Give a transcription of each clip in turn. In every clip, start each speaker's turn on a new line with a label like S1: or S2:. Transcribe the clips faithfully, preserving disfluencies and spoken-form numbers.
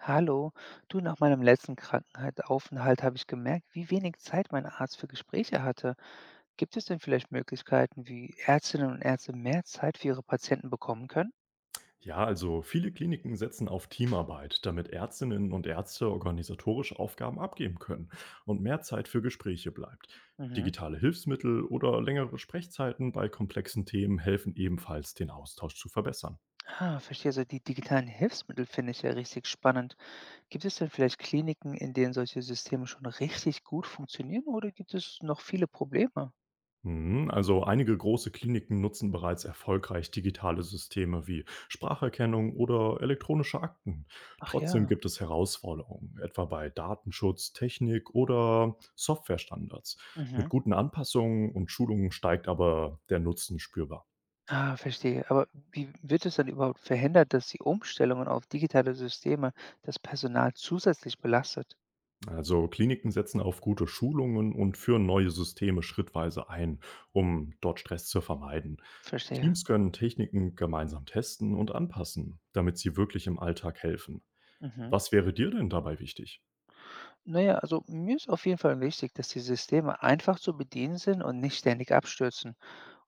S1: Hallo, du, nach meinem letzten Krankenhausaufenthalt habe ich gemerkt, wie wenig Zeit mein Arzt für Gespräche hatte. Gibt es denn vielleicht Möglichkeiten, wie Ärztinnen und Ärzte mehr Zeit für ihre Patienten bekommen können?
S2: Ja, also viele Kliniken setzen auf Teamarbeit, damit Ärztinnen und Ärzte organisatorische Aufgaben abgeben können und mehr Zeit für Gespräche bleibt.
S1: Mhm.
S2: Digitale Hilfsmittel oder längere Sprechzeiten bei komplexen Themen helfen ebenfalls, den Austausch zu verbessern.
S1: Ah, verstehe. So die digitalen Hilfsmittel finde ich ja richtig spannend. Gibt es denn vielleicht Kliniken, in denen solche Systeme schon richtig gut funktionieren, oder gibt es noch viele Probleme?
S2: Mhm. Also einige große Kliniken nutzen bereits erfolgreich digitale Systeme wie Spracherkennung oder elektronische Akten.
S1: Ach
S2: Trotzdem
S1: ja.
S2: gibt es Herausforderungen, etwa bei Datenschutz, Technik oder Softwarestandards. Mit
S1: Mhm.
S2: guten Anpassungen und Schulungen steigt aber der Nutzen spürbar.
S1: Ah, verstehe. Aber wie wird es dann überhaupt verhindert, dass die Umstellungen auf digitale Systeme das Personal zusätzlich belastet?
S2: Also Kliniken setzen auf gute Schulungen und führen neue Systeme schrittweise ein, um dort Stress zu vermeiden.
S1: Verstehe.
S2: Teams können Techniken gemeinsam testen und anpassen, damit sie wirklich im Alltag helfen.
S1: Mhm.
S2: Was wäre dir denn dabei wichtig?
S1: Naja, also mir ist auf jeden Fall wichtig, dass die Systeme einfach zu bedienen sind und nicht ständig abstürzen.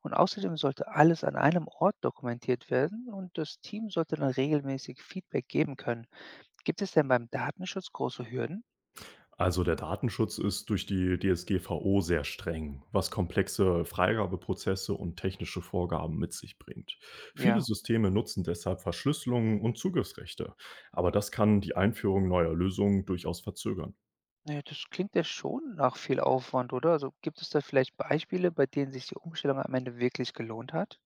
S1: Und außerdem sollte alles an einem Ort dokumentiert werden und das Team sollte dann regelmäßig Feedback geben können. Gibt es denn beim Datenschutz große Hürden?
S2: Also, der Datenschutz ist durch die D S G V O sehr streng, was komplexe Freigabeprozesse und technische Vorgaben mit sich bringt. Viele
S1: Ja.
S2: Systeme nutzen deshalb Verschlüsselungen und Zugriffsrechte, aber das kann die Einführung neuer Lösungen durchaus verzögern.
S1: Na ja, das klingt ja schon nach viel Aufwand, oder? Also, gibt es da vielleicht Beispiele, bei denen sich die Umstellung am Ende wirklich gelohnt hat?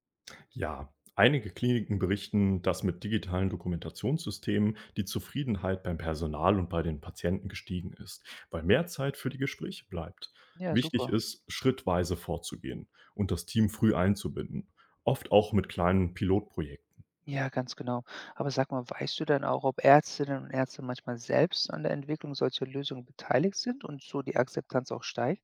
S2: Ja, einige Kliniken berichten, dass mit digitalen Dokumentationssystemen die Zufriedenheit beim Personal und bei den Patienten gestiegen ist, weil mehr Zeit für die Gespräche bleibt.
S1: Ja,
S2: Wichtig
S1: super.
S2: ist, schrittweise vorzugehen und das Team früh einzubinden, oft auch mit kleinen Pilotprojekten.
S1: Ja, ganz genau. Aber sag mal, weißt du dann auch, ob Ärztinnen und Ärzte manchmal selbst an der Entwicklung solcher Lösungen beteiligt sind und so die Akzeptanz auch steigt?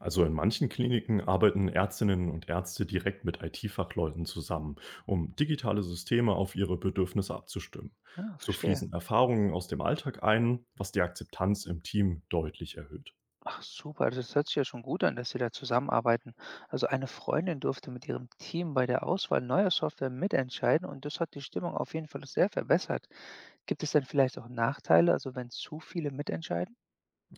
S2: Also in manchen Kliniken arbeiten Ärztinnen und Ärzte direkt mit I T-Fachleuten zusammen, um digitale Systeme auf ihre Bedürfnisse abzustimmen.
S1: Ah,
S2: So
S1: verstehe.
S2: fließen Erfahrungen aus dem Alltag ein, was die Akzeptanz im Team deutlich erhöht.
S1: Ach super, also das hört sich ja schon gut an, dass Sie da zusammenarbeiten. Also eine Freundin durfte mit ihrem Team bei der Auswahl neuer Software mitentscheiden und das hat die Stimmung auf jeden Fall sehr verbessert. Gibt es denn vielleicht auch Nachteile, also wenn zu viele mitentscheiden?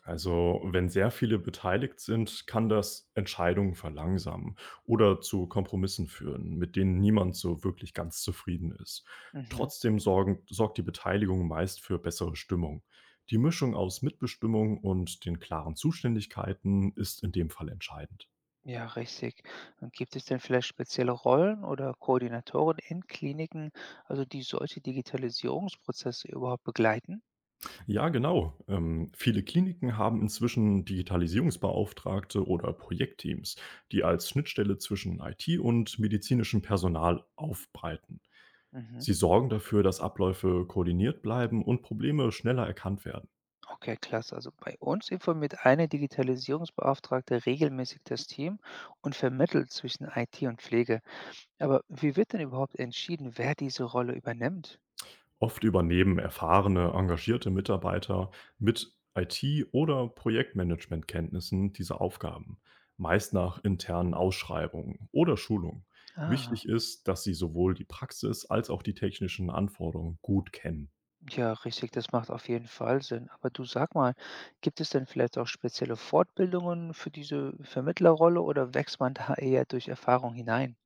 S2: Also, wenn sehr viele beteiligt sind, kann das Entscheidungen verlangsamen oder zu Kompromissen führen, mit denen niemand so wirklich ganz zufrieden ist.
S1: Mhm.
S2: Trotzdem sorgen, sorgt die Beteiligung meist für bessere Stimmung. Die Mischung aus Mitbestimmung und den klaren Zuständigkeiten ist in dem Fall entscheidend.
S1: Ja, richtig. Und gibt es denn vielleicht spezielle Rollen oder Koordinatoren in Kliniken, also die solche Digitalisierungsprozesse überhaupt begleiten?
S2: Ja, genau. Ähm, viele Kliniken haben inzwischen Digitalisierungsbeauftragte oder Projektteams, die als Schnittstelle zwischen I T und medizinischem Personal aufbreiten.
S1: Mhm.
S2: Sie sorgen dafür, dass Abläufe koordiniert bleiben und Probleme schneller erkannt werden.
S1: Okay, klasse. Also bei uns informiert eine Digitalisierungsbeauftragte regelmäßig das Team und vermittelt zwischen I T und Pflege. Aber wie wird denn überhaupt entschieden, wer diese Rolle übernimmt?
S2: Oft übernehmen erfahrene, engagierte Mitarbeiter mit I T- oder Projektmanagementkenntnissen diese Aufgaben, meist nach internen Ausschreibungen oder Schulungen.
S1: Ah.
S2: Wichtig ist, dass sie sowohl die Praxis als auch die technischen Anforderungen gut kennen.
S1: Ja, richtig, das macht auf jeden Fall Sinn. Aber du, sag mal, gibt es denn vielleicht auch spezielle Fortbildungen für diese Vermittlerrolle oder wächst man da eher durch Erfahrung hinein?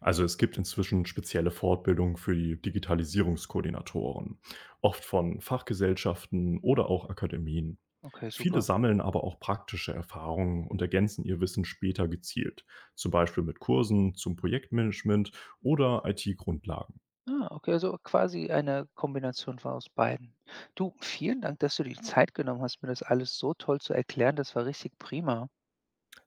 S2: Also es gibt inzwischen spezielle Fortbildungen für die Digitalisierungskoordinatoren, oft von Fachgesellschaften oder auch Akademien.
S1: Okay,
S2: Viele
S1: super.
S2: sammeln aber auch praktische Erfahrungen und ergänzen ihr Wissen später gezielt, zum Beispiel mit Kursen zum Projektmanagement oder I T-Grundlagen.
S1: Ah, okay, also quasi eine Kombination von aus beiden. Du, vielen Dank, dass du die Zeit genommen hast, mir das alles so toll zu erklären. Das war richtig prima.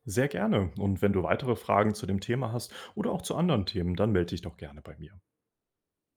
S2: Sehr gerne. Und wenn du weitere Fragen zu dem Thema hast oder auch zu anderen Themen, dann melde dich doch gerne bei mir.